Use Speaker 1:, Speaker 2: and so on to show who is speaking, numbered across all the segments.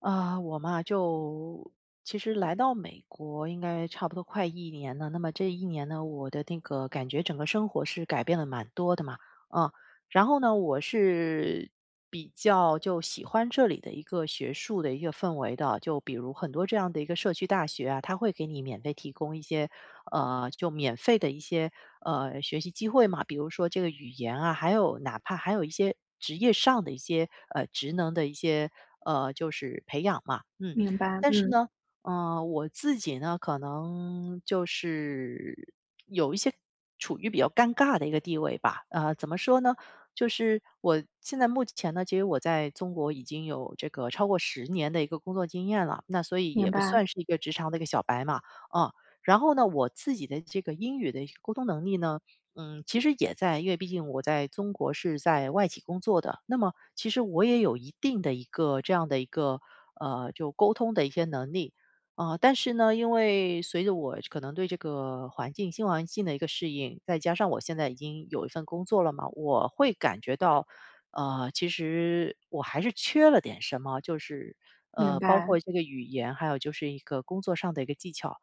Speaker 1: 啊，我嘛，就其实来到美国应该差不多快一年了。那么这一年呢，我的那个感觉整个生活是改变了蛮多的嘛，嗯。然后呢，我是比较就喜欢这里的一个学术的一个氛围的，就比如很多这样的一个社区大学啊，它会给你免费提供一些就免费的一些学习机会嘛，比如说这个语言啊，还有哪怕还有一些职业上的一些职能的一些就是培养嘛，
Speaker 2: 明白，
Speaker 1: 但是
Speaker 2: 嗯，
Speaker 1: 呢，我自己呢，可能就是有一些处于比较尴尬的一个地位吧。怎么说呢？就是我现在目前呢，其实我在中国已经有这个超过10年的一个工作经验了，那所以
Speaker 2: 明
Speaker 1: 也不
Speaker 2: 白，
Speaker 1: 算是一个职场的一个小白嘛，嗯。然后呢，我自己的这个英语的一个沟通能力呢，其实也在，因为毕竟我在中国是在外企工作的，那么其实我也有一定的一个这样的一个就沟通的一些能力啊、但是呢，因为随着我可能对这个环境、新环境的一个适应，再加上我现在已经有一份工作了嘛，我会感觉到，其实我还是缺了点什么，就是
Speaker 2: 明
Speaker 1: 包
Speaker 2: 白，
Speaker 1: 括这个语言，还有就是一个工作上的一个技巧。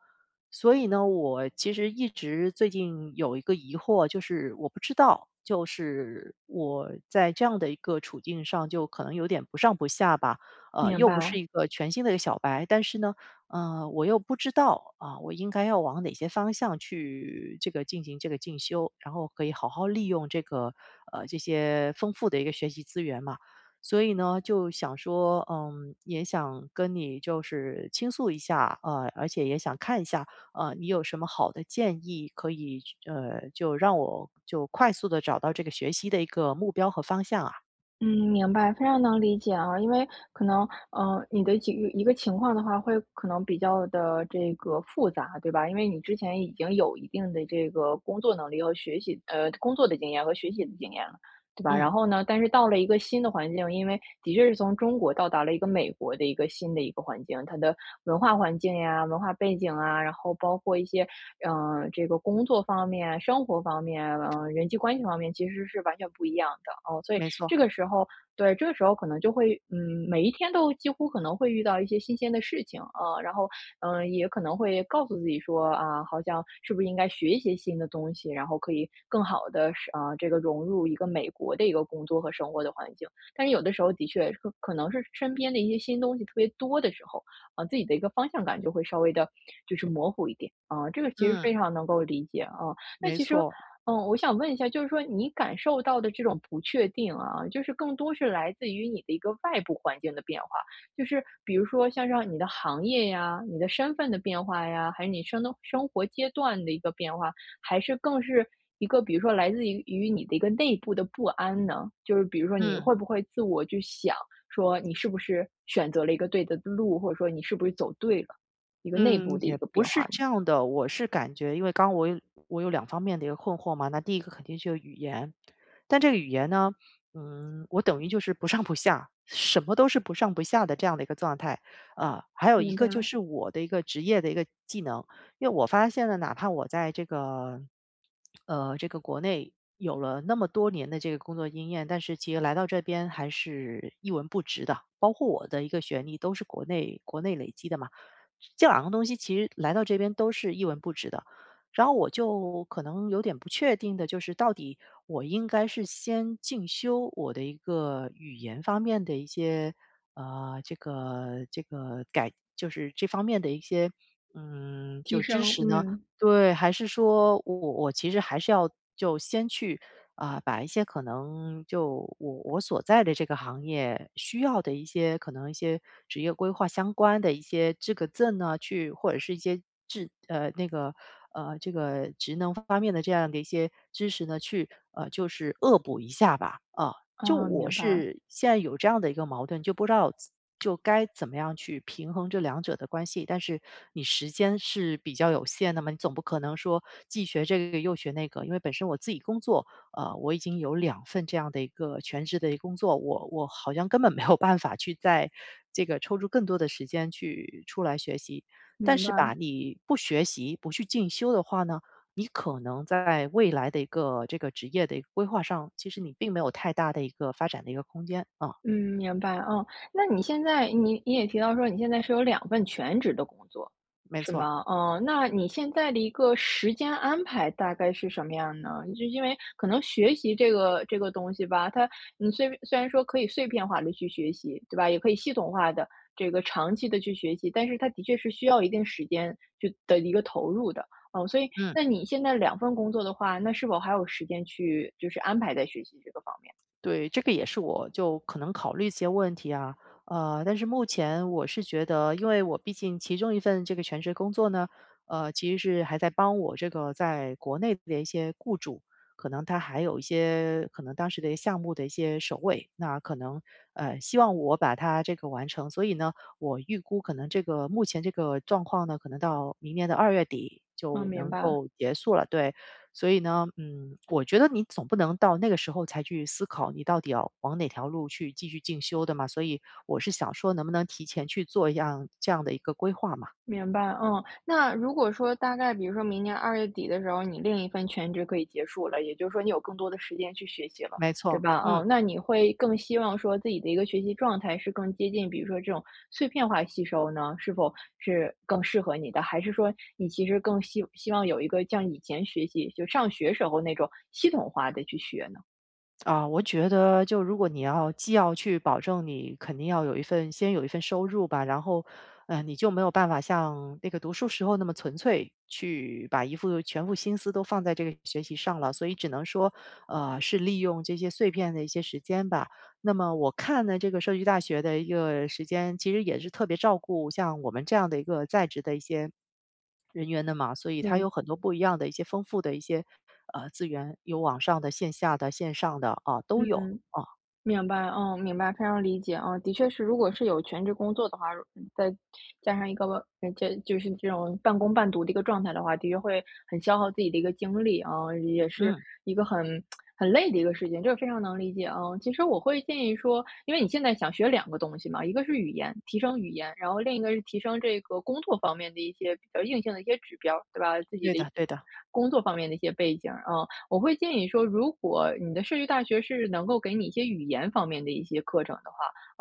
Speaker 1: 所以呢，我其实一直最近有一个疑惑，就是我不知道，就是我在这样的一个处境上，就可能有点不上不下吧。
Speaker 2: 明
Speaker 1: 又不
Speaker 2: 白。
Speaker 1: 是一个全新的一个小白，但是呢，我又不知道啊，我应该要往哪些方向去这个进行这个进修，然后可以好好利用这个这些丰富的一个学习资源嘛。所以呢，就想说，也想跟你就是倾诉一下，而且也想看一下。你有什么好的建议可以就让我就快速的找到这个学习的一个目标和方向啊？
Speaker 2: 嗯，明白，非常能理解啊，因为可能，你的几个一个情况的话，会可能比较的这个复杂，对吧？因为你之前已经有一定的这个工作能力和学习，工作的经验和学习的经验了，对吧？
Speaker 1: 嗯，
Speaker 2: 然后呢，但是到了一个新的环境，因为的确是从中国到达了一个美国的一个新的一个环境，它的文化环境呀、文化背景啊，然后包括一些，这个工作方面、生活方面，人际关系方面，其实是完全不一样的哦，所以。
Speaker 1: 没错，
Speaker 2: 这个时候，对，这个时候可能就会，嗯，每一天都几乎可能会遇到一些新鲜的事情，啊，然后，也可能会告诉自己说，啊，好像是不是应该学一些新的东西，然后可以更好的，是啊，这个融入一个美国的一个工作和生活的环境。但是有的时候的确可能是身边的一些新东西特别多的时候，啊，自己的一个方向感就会稍微的，就是模糊一点，啊，这个其实非
Speaker 1: 嗯，
Speaker 2: 常能够理解，啊。那
Speaker 1: 没
Speaker 2: 其实
Speaker 1: 错，
Speaker 2: 我想问一下，就是说你感受到的这种不确定啊，就是更多是来自于你的一个外部环境的变化，就是比如说像让你的行业呀、你的身份的变化呀，还是你生的生活阶段的一个变化，还是更是一个比如说来自于你的一个内部的不安呢？就是比如说你
Speaker 1: 嗯，
Speaker 2: 会不会自我去想说你是不是选择了一个对的路，或者说你是不是走对了，一个内
Speaker 1: 嗯，
Speaker 2: 部的一
Speaker 1: 也
Speaker 2: 个
Speaker 1: 不
Speaker 2: 变
Speaker 1: 是
Speaker 2: 化呢？
Speaker 1: 这样的。我是感觉因为刚刚我有两方面的一个困惑嘛，那第一个肯定就是语言，但这个语言呢，我等于就是不上不下，什么都是不上不下的这样的一个状态。啊，还有一
Speaker 2: 明
Speaker 1: 个
Speaker 2: 白，
Speaker 1: 就是我的一个职业的一个技能。因为我发现了，哪怕我在这个国内有了那么多年的这个工作经验，但是其实来到这边还是一文不值的。包括我的一个学历都是国内累积的嘛，这两个东西其实来到这边都是一文不值的。然后我就可能有点不确定的，就是到底我应该是先进修我的一个语言方面的一些，这个就是这方面的一些就
Speaker 2: 提
Speaker 1: 知
Speaker 2: 升，
Speaker 1: 识呢？
Speaker 2: 嗯。
Speaker 1: 对，还是说我其实还是要就先去啊、把一些可能就我所在的这个行业需要的一些可能一些职业规划相关的一些资格证呢，去或者是一些职呃那个呃这个职能方面的这样的一些知识呢，去就是恶补一下吧，啊、就
Speaker 2: 啊，
Speaker 1: 我
Speaker 2: 明白。
Speaker 1: 是现在有这样的一个矛盾，就不知道就该怎么样去平衡这两者的关系。但是你时间是比较有限的嘛，你总不可能说既学这个又学那个。因为本身我自己工作，我已经有两份这样的一个全职的一个工作，我好像根本没有办法去在这个抽出更多的时间去出来学习。但
Speaker 2: 明
Speaker 1: 是
Speaker 2: 白，
Speaker 1: 吧，你不学习、不去进修的话呢？你可能在未来的一个这个职业的一个规划上，其实你并没有太大的一个发展的一个空间啊，
Speaker 2: 嗯，明白，哦。那你现在你也提到说你现在是有两份全职的工作，
Speaker 1: 没
Speaker 2: 是
Speaker 1: 错，
Speaker 2: 吗？嗯，那你现在的一个时间安排大概是什么样呢？就因为可能学习这个东西吧，它你虽然说可以碎片化的去学习，对吧？也可以系统化的这个长期的去学习，但是它的确是需要一定时间去的一个投入的。哦，所以
Speaker 1: 嗯。
Speaker 2: 那你现在两份工作的话，那是否还有时间去就是安排在学习这个方面？
Speaker 1: 对，这个也是我就可能考虑一些问题啊，但是目前我是觉得，因为我毕竟其中一份这个全职工作呢，其实是还在帮我这个在国内的一些雇主，可能他还有一些可能当时的一些项目的一些首尾，那可能希望我把它这个完成，所以呢，我预估可能这个目前这个状况呢，可能到明年的2月底
Speaker 2: 嗯，
Speaker 1: 就
Speaker 2: 明
Speaker 1: 能
Speaker 2: 白。
Speaker 1: 够结束了，对，所以呢，我觉得你总不能到那个时候才去思考你到底要往哪条路去继续进修的嘛。所以我是想说，能不能提前去做一样这样的一个规划嘛？
Speaker 2: 明白，嗯，那如果说大概比如说明年2月底的时候，你另一份全职可以结束了，也就是说你有更多的时间去学习了，
Speaker 1: 没
Speaker 2: 对
Speaker 1: 错，
Speaker 2: 吧？
Speaker 1: 嗯。
Speaker 2: 嗯，那你会更希望说自己的一个学习状态是更接近，比如说这种碎片化吸收呢，是否是更适合你的？还是说你其实更希望有一个像以前学习，就上学时候那种系统化的去学呢？
Speaker 1: 啊，我觉得就如果你要既要去保证你肯定要有一份先有一份收入吧，然后，你就没有办法像那个读书时候那么纯粹去把一副全部心思都放在这个学习上了，所以只能说，是利用这些碎片的一些时间吧。那么我看呢，这个社区大学的一个时间，其实也是特别照顾像我们这样的一个在职的一些人员的嘛，所以它
Speaker 2: 明
Speaker 1: 有很多不一样的一些丰富的一些，资源，有网上的、线下的、线上的，啊，都有，
Speaker 2: 嗯，
Speaker 1: 啊，
Speaker 2: 明白，嗯，明白，非常理解，嗯，的确是，如果是有全职工作的话，在加上一个这就是这种半工半读的一个状态的话，的确会很消耗自己的一个精力啊，也是
Speaker 1: 嗯，
Speaker 2: 一个很累的一个事情，这个非常能理解啊。其实我会建议说，因为你现在想学两个东西嘛，一个是语言，提升语言，然后另一个是提升这个工作方面的一些比较硬性的一些指标，对吧？自己
Speaker 1: 对
Speaker 2: 的一
Speaker 1: 的
Speaker 2: 些
Speaker 1: 对的，
Speaker 2: 工作方面的一些背景啊。我会建议说，如果你的社区大学是能够给你一些语言方面的一些课程的话，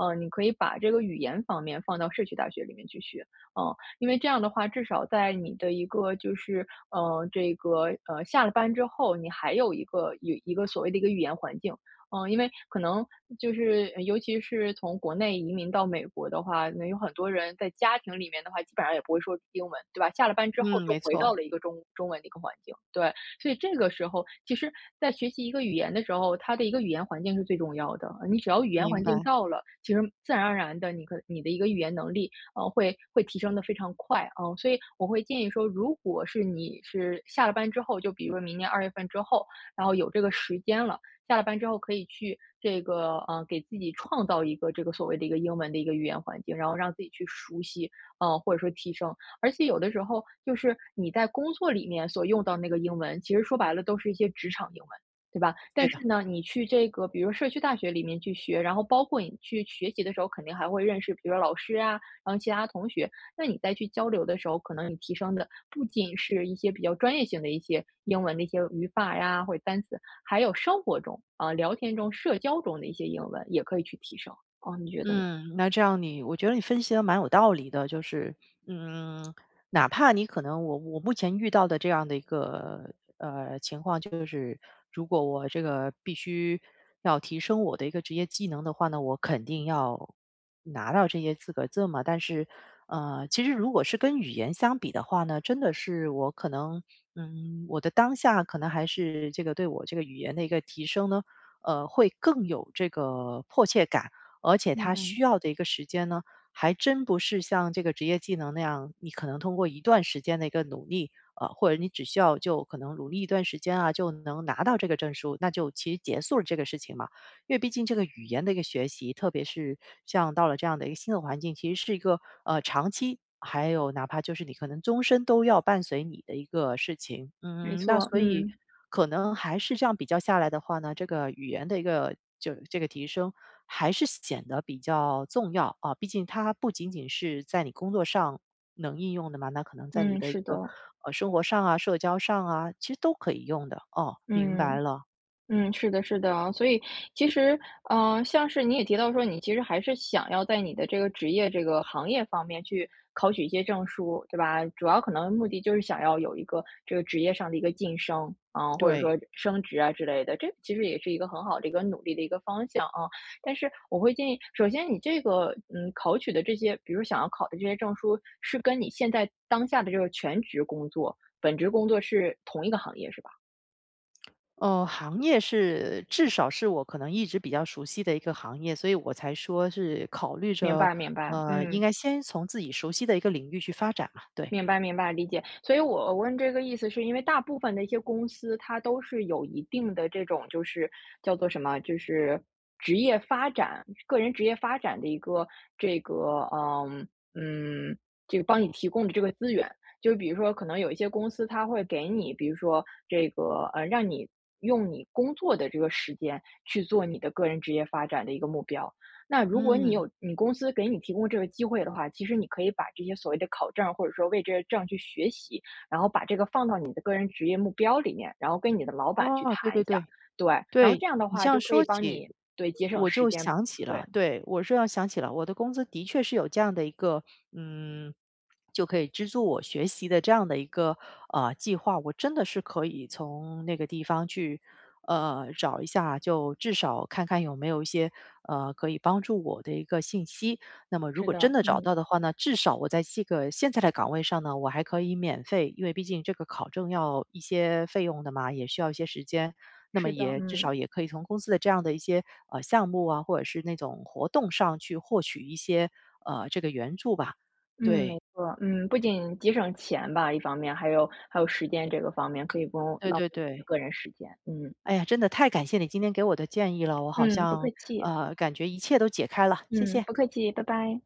Speaker 2: 你可以把这个语言方面放到社区大学里面去学，嗯，因为这样的话，至少在你的一个就是，这个下了班之后，你还有一个有一个所谓的一个语言环境。嗯，因为可能就是尤其是从国内移民到美国的话，那有很多人在家庭里面的话，基本上也不会说英文，对吧？下了班之后
Speaker 1: 嗯，
Speaker 2: 就
Speaker 1: 没
Speaker 2: 回到
Speaker 1: 错，
Speaker 2: 了一个中文的一个环境，对。所以这个时候，其实在学习一个语言的时候，它的一个语言环境是最重要的。你只要语言
Speaker 1: 明
Speaker 2: 环境
Speaker 1: 白，
Speaker 2: 到了，其实自然而然的，你的一个语言能力，会提升的非常快啊、所以我会建议说，如果是你是下了班之后，就比如说明年2月份之后，然后有这个时间了，下了班之后可以去这个给自己创造一个这个所谓的一个英文的一个语言环境，然后让自己去熟悉，或者说提升。而且有的时候就是你在工作里面所用到那个英文，其实说白了都是一些职场英文，对吧？
Speaker 1: 对
Speaker 2: 但
Speaker 1: 的。
Speaker 2: 是呢，你去这个比如说社区大学里面去学，然后包括你去学习的时候，肯定还会认识，比如说老师啊，然后其他同学。那你再去交流的时候，可能你提升的不仅是一些比较专业性的一些英文的一些语法呀，或者单词，还有生活中啊、聊天中、社交中的一些英文也可以去提升。哦，你觉得呢？
Speaker 1: 嗯，那这样你我觉得你分析的蛮有道理的，就是，嗯，哪怕你可能我目前遇到的这样的一个，情况就是，如果我这个必须要提升我的一个职业技能的话呢，我肯定要拿到这些资格证嘛。但是，其实如果是跟语言相比的话呢，真的是我可能，我的当下可能还是这个对我这个语言的一个提升呢，会更有这个迫切感。而且
Speaker 2: 明
Speaker 1: 它
Speaker 2: 白，
Speaker 1: 需要的一个时间呢，还真不是像这个职业技能那样，你可能通过一段时间的一个努力，或者你只需要就可能努力一段时间啊，就能拿到这个证书，那就其实结束了这个事情嘛。因为毕竟这个语言的一个学习，特别是像到了这样的一个新的环境，其实是一个长期，还有哪怕就是你可能终身都要伴随你的一个事情。
Speaker 2: 没
Speaker 1: 嗯，那
Speaker 2: 错。
Speaker 1: 所以
Speaker 2: 嗯
Speaker 1: 可能还是这样比较下来的话呢，这个语言的一个就这个提升还是显得比较重要啊。毕竟它不仅仅是在你工作上能应用的嘛，那可能在你
Speaker 2: 嗯，
Speaker 1: 的一
Speaker 2: 是
Speaker 1: 个
Speaker 2: 的，
Speaker 1: 生活上啊、社交上啊，其实都可以用的。哦，明
Speaker 2: 嗯。
Speaker 1: 白了，
Speaker 2: 嗯，是的，是的啊，所以其实，像是你也提到说，你其实还是想要在你的这个职业、这个行业方面去考取一些证书，对吧？主要可能目的就是想要有一个这个职业上的一个晋升啊，或者
Speaker 1: 对。
Speaker 2: 说升职啊之类的，这其实也是一个很好的一个努力的一个方向啊。但是我会建议，首先你这个考取的这些，比如想要考的这些证书，是跟你现在当下的这个全职工作、本职工作是同一个行业，是吧？
Speaker 1: 行业是至少是我可能一直比较熟悉的一个行业，所以我才说是考虑
Speaker 2: 明
Speaker 1: 着，
Speaker 2: 白，明白，
Speaker 1: 应
Speaker 2: 嗯。
Speaker 1: 该先从自己熟悉的一个领域去发展嘛，对。
Speaker 2: 明白明白，理解。所以我问这个意思，是因为大部分的一些公司，它都是有一定的这种，就是叫做什么，就是职业发展、个人职业发展的一个这个，嗯，这个帮你提供的这个资源。就比如说，可能有一些公司，它会给你，比如说这个，让你用你工作的这个时间去做你的个人职业发展的一个目标。那如果你
Speaker 1: 嗯，
Speaker 2: 有你公司给你提供这个机会的话，其实你可以把这些所谓的考证，或者说为这些证去学习，然后把这个放到你的个人职业目标里面，然后跟你的老板去
Speaker 1: 哦，对
Speaker 2: 谈
Speaker 1: 对
Speaker 2: 一下，
Speaker 1: 对。
Speaker 2: 对，然后
Speaker 1: 对，
Speaker 2: 这样的
Speaker 1: 你这
Speaker 2: 话
Speaker 1: 样
Speaker 2: 就可以
Speaker 1: 说
Speaker 2: 帮
Speaker 1: 起，
Speaker 2: 你对节省
Speaker 1: 我
Speaker 2: 时
Speaker 1: 就
Speaker 2: 间，
Speaker 1: 想起
Speaker 2: 对，
Speaker 1: 了，对，我是要想起了，我的工资的确是有这样的一个，嗯，就可以资助我学习的这样的一个计划，我真的是可以从那个地方去找一下，就至少看看有没有一些可以帮助我的一个信息。那么如
Speaker 2: 是
Speaker 1: 果真
Speaker 2: 的，
Speaker 1: 的找
Speaker 2: 嗯，
Speaker 1: 到的话呢，至少我在这个现在的岗位上呢，我还可以免费，因为毕竟这个考证要一些费用的嘛，也需要一些时间。那么
Speaker 2: 是的，
Speaker 1: 也至
Speaker 2: 嗯
Speaker 1: 少也可以从公司的这样的一些项目啊，或者是那种活动上去获取一些这个援助吧。
Speaker 2: 嗯，没
Speaker 1: 对，
Speaker 2: 错，嗯，不仅节省钱吧，一方面还有时间这个方面，可以不用
Speaker 1: 对
Speaker 2: 浪
Speaker 1: 对
Speaker 2: 费你的
Speaker 1: 对。
Speaker 2: 个人时间，嗯
Speaker 1: 哎呀，真的太感谢你今天给我的建议了，我好
Speaker 2: 嗯，不客
Speaker 1: 像
Speaker 2: 气，
Speaker 1: 感觉一切都解开了，谢
Speaker 2: 嗯，
Speaker 1: 谢。
Speaker 2: 不客气，拜拜。